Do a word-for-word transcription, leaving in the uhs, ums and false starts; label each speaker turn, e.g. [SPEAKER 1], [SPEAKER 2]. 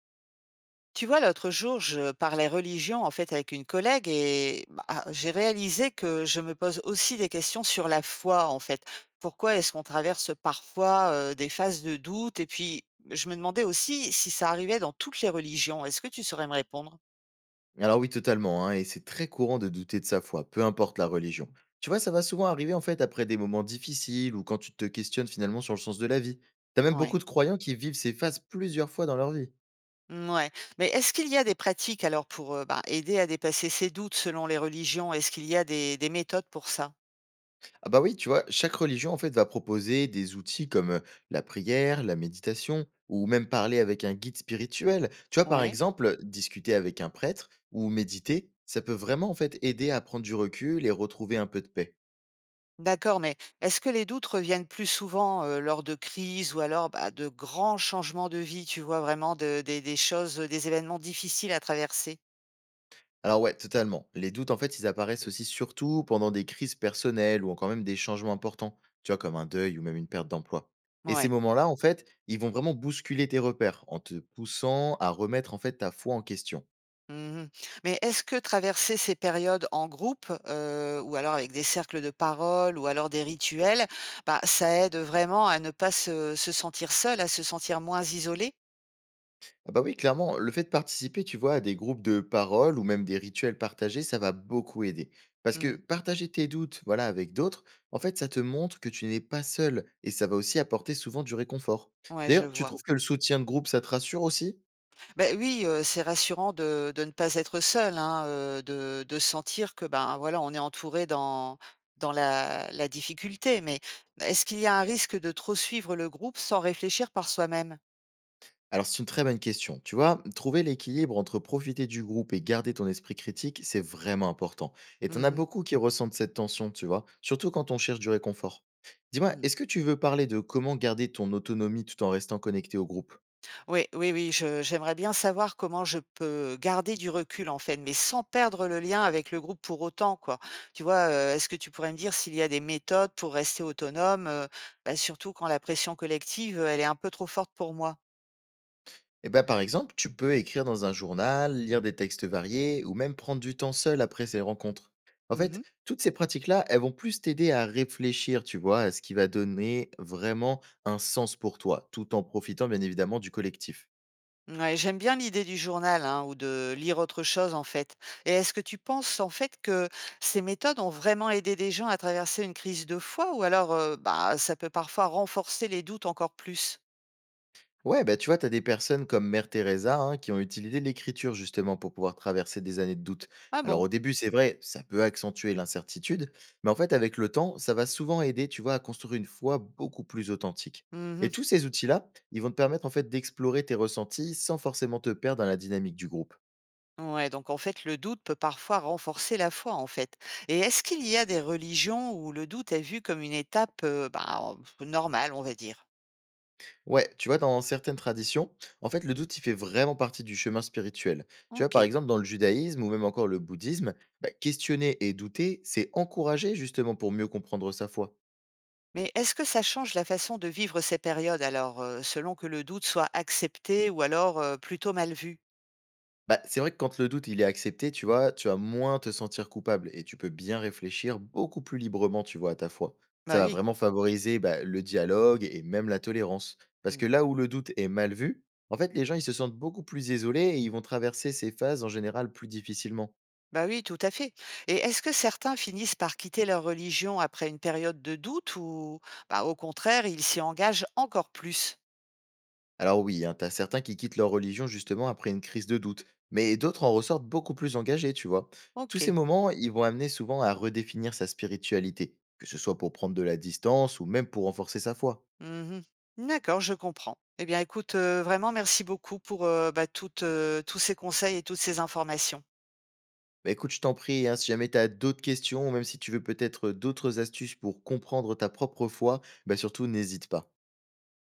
[SPEAKER 1] Tu vois, l'autre jour, je parlais religion en fait avec une collègue et bah, ah, j'ai réalisé que je me pose aussi des questions sur la foi en fait. Pourquoi est-ce qu'on traverse parfois euh, des phases de doute? Et puis, je me demandais aussi si ça arrivait dans toutes les religions. Est-ce que tu saurais me répondre?
[SPEAKER 2] Alors oui, totalement, hein, et c'est très courant de douter de sa foi, peu importe la religion. Tu vois, ça va souvent arriver en fait après des moments difficiles ou quand tu te questionnes finalement sur le sens de la vie. T'as même
[SPEAKER 1] Ouais.
[SPEAKER 2] beaucoup de croyants qui vivent ces phases plusieurs fois dans leur vie.
[SPEAKER 1] Mmh, ouais. Mais est-ce qu'il y a des pratiques alors pour euh, bah, aider à dépasser ces doutes selon les religions? Est-ce qu'il y a des, des méthodes pour ça?
[SPEAKER 2] Ah bah oui, tu vois, chaque religion en fait va proposer des outils comme euh, la prière, la méditation, ou même parler avec un guide spirituel. Tu vois, par
[SPEAKER 1] Ouais.
[SPEAKER 2] exemple, discuter avec un prêtre ou méditer, ça peut vraiment en fait aider à prendre du recul et retrouver un peu de paix.
[SPEAKER 1] D'accord, mais est-ce que les doutes reviennent plus souvent, heu, lors de crises ou alors, bah, de grands changements de vie, tu vois? Vraiment de des des choses, heu, des événements difficiles à traverser?
[SPEAKER 2] Alors ouais, totalement. Les doutes, en fait, ils apparaissent aussi surtout pendant des crises personnelles ou encore même des changements importants, tu vois, comme un deuil ou même une perte d'emploi. Et ces
[SPEAKER 1] Ouais.
[SPEAKER 2] moments-là, en fait, ils vont vraiment bousculer tes repères en te poussant à remettre en fait ta foi en question.
[SPEAKER 1] Mmh. Mais est-ce que traverser ces périodes en groupe, heu, ou alors avec des cercles de parole ou alors des rituels, bah, ça aide vraiment à ne pas se se sentir seul, à se sentir moins isolé?
[SPEAKER 2] Ah bah oui, clairement, le fait de participer, tu vois, à des groupes de paroles ou même des rituels partagés, ça va beaucoup aider. Parce que
[SPEAKER 1] Mmh.
[SPEAKER 2] partager tes doutes, voilà, avec d'autres, en fait, ça te montre que tu n'es pas seul et ça va aussi apporter souvent du réconfort.
[SPEAKER 1] Ouais, je
[SPEAKER 2] D'ailleurs, tu
[SPEAKER 1] vois.
[SPEAKER 2] trouves que le soutien de groupe, ça te rassure aussi.
[SPEAKER 1] Ben oui, heu, c'est rassurant de de ne pas être seul, hein, heu, de de sentir que, ben, voilà, on est entouré dans dans la la difficulté. Mais est-ce qu'il y a un risque de trop suivre le groupe sans réfléchir par soi-même?
[SPEAKER 2] Alors, c'est une très bonne question. Tu vois, trouver l'équilibre entre profiter du groupe et garder ton esprit critique, c'est vraiment important. Et t'en
[SPEAKER 1] Mmh
[SPEAKER 2] as
[SPEAKER 1] mh.
[SPEAKER 2] beaucoup qui ressentent cette tension, tu vois, surtout quand on cherche du réconfort. Dis-moi,
[SPEAKER 1] Mmh.
[SPEAKER 2] est-ce que tu veux parler de comment garder ton autonomie tout en restant connecté au groupe.
[SPEAKER 1] Oui, oui, oui, je j'aimerais bien savoir comment je peux garder du recul, en fait, mais sans perdre le lien avec le groupe pour autant, quoi. Tu vois, heu, est-ce que tu pourrais me dire s'il y a des méthodes pour rester autonome, heu, bah, surtout quand la pression collective, heu, elle est un peu trop forte pour moi?
[SPEAKER 2] Eh ben, par exemple, tu peux écrire dans un journal, lire des textes variés ou même prendre du temps seul après ces rencontres. En
[SPEAKER 1] Mmh.
[SPEAKER 2] fait, toutes ces pratiques-là, elles vont plus t'aider à réfléchir, tu vois, à ce qui va donner vraiment un sens pour toi, tout en profitant bien évidemment du collectif.
[SPEAKER 1] Ouais, j'aime bien l'idée du journal hein, ou de lire autre chose en fait. Et est-ce que tu penses en fait que ces méthodes ont vraiment aidé des gens à traverser une crise de foi ou alors euh, bah, ça peut parfois renforcer les doutes encore plus?
[SPEAKER 2] Ouais, bah, tu vois, tu as des personnes comme Mère Teresa hein, qui ont utilisé l'écriture justement pour pouvoir traverser des années de doute.
[SPEAKER 1] Ah
[SPEAKER 2] Alors
[SPEAKER 1] bon?
[SPEAKER 2] au début, c'est vrai, ça peut accentuer l'incertitude, mais en fait, avec le temps, ça va souvent aider, tu vois, à construire une foi beaucoup plus authentique.
[SPEAKER 1] Mhm.
[SPEAKER 2] Et tous ces outils-là, ils vont te permettre en fait d'explorer tes ressentis sans forcément te perdre dans la dynamique du groupe.
[SPEAKER 1] Ouais, donc en fait le doute peut parfois renforcer la foi en fait. Et est-ce qu'il y a des religions où le doute est vu comme une étape euh, bah, normale, on va dire?
[SPEAKER 2] Ouais, tu vois, dans certaines traditions, en fait, le doute, il fait vraiment partie du chemin spirituel. Tu vois, par
[SPEAKER 1] Ok.
[SPEAKER 2] exemple, dans le judaïsme ou même encore le bouddhisme, bah, questionner et douter, c'est encourager justement pour mieux comprendre sa foi.
[SPEAKER 1] Mais est-ce que ça change la façon de vivre ces périodes alors, heu, selon que le doute soit accepté ou alors, heu, plutôt mal vu?
[SPEAKER 2] Bah, c'est vrai que quand le doute, il est accepté, tu vois, tu vas moins te sentir coupable et tu peux bien réfléchir beaucoup plus librement, tu vois, à ta foi.
[SPEAKER 1] Bah
[SPEAKER 2] Ça va
[SPEAKER 1] oui,
[SPEAKER 2] vraiment favoriser bah, le dialogue et même la tolérance. Parce que
[SPEAKER 1] mmh,
[SPEAKER 2] là où le doute est mal vu, en fait, les gens, ils se sentent beaucoup plus isolés et ils vont traverser ces phases en général plus difficilement.
[SPEAKER 1] bah oui, tout à fait. Et est-ce que certains finissent par quitter leur religion après une période de doute ou, bah, au contraire, ils s'y engagent encore plus?
[SPEAKER 2] Alors oui, hein, t'as certains qui quittent leur religion justement après une crise de doute, mais d'autres en ressortent beaucoup plus engagés, tu vois. Tous ces
[SPEAKER 1] OK.
[SPEAKER 2] moments, ils vont amener souvent à redéfinir sa spiritualité, que ce soit pour prendre de la distance ou même pour renforcer sa foi.
[SPEAKER 1] Mmh. D'accord, je comprends. Eh bien écoute, heu, vraiment merci beaucoup pour, heu, bah, toutes, heu, tous ces conseils et toutes ces informations.
[SPEAKER 2] Bah écoute, je t'en prie, hein, si jamais t'as d'autres questions, ou même si tu veux peut-être d'autres astuces pour comprendre ta propre foi, bah surtout n'hésite pas.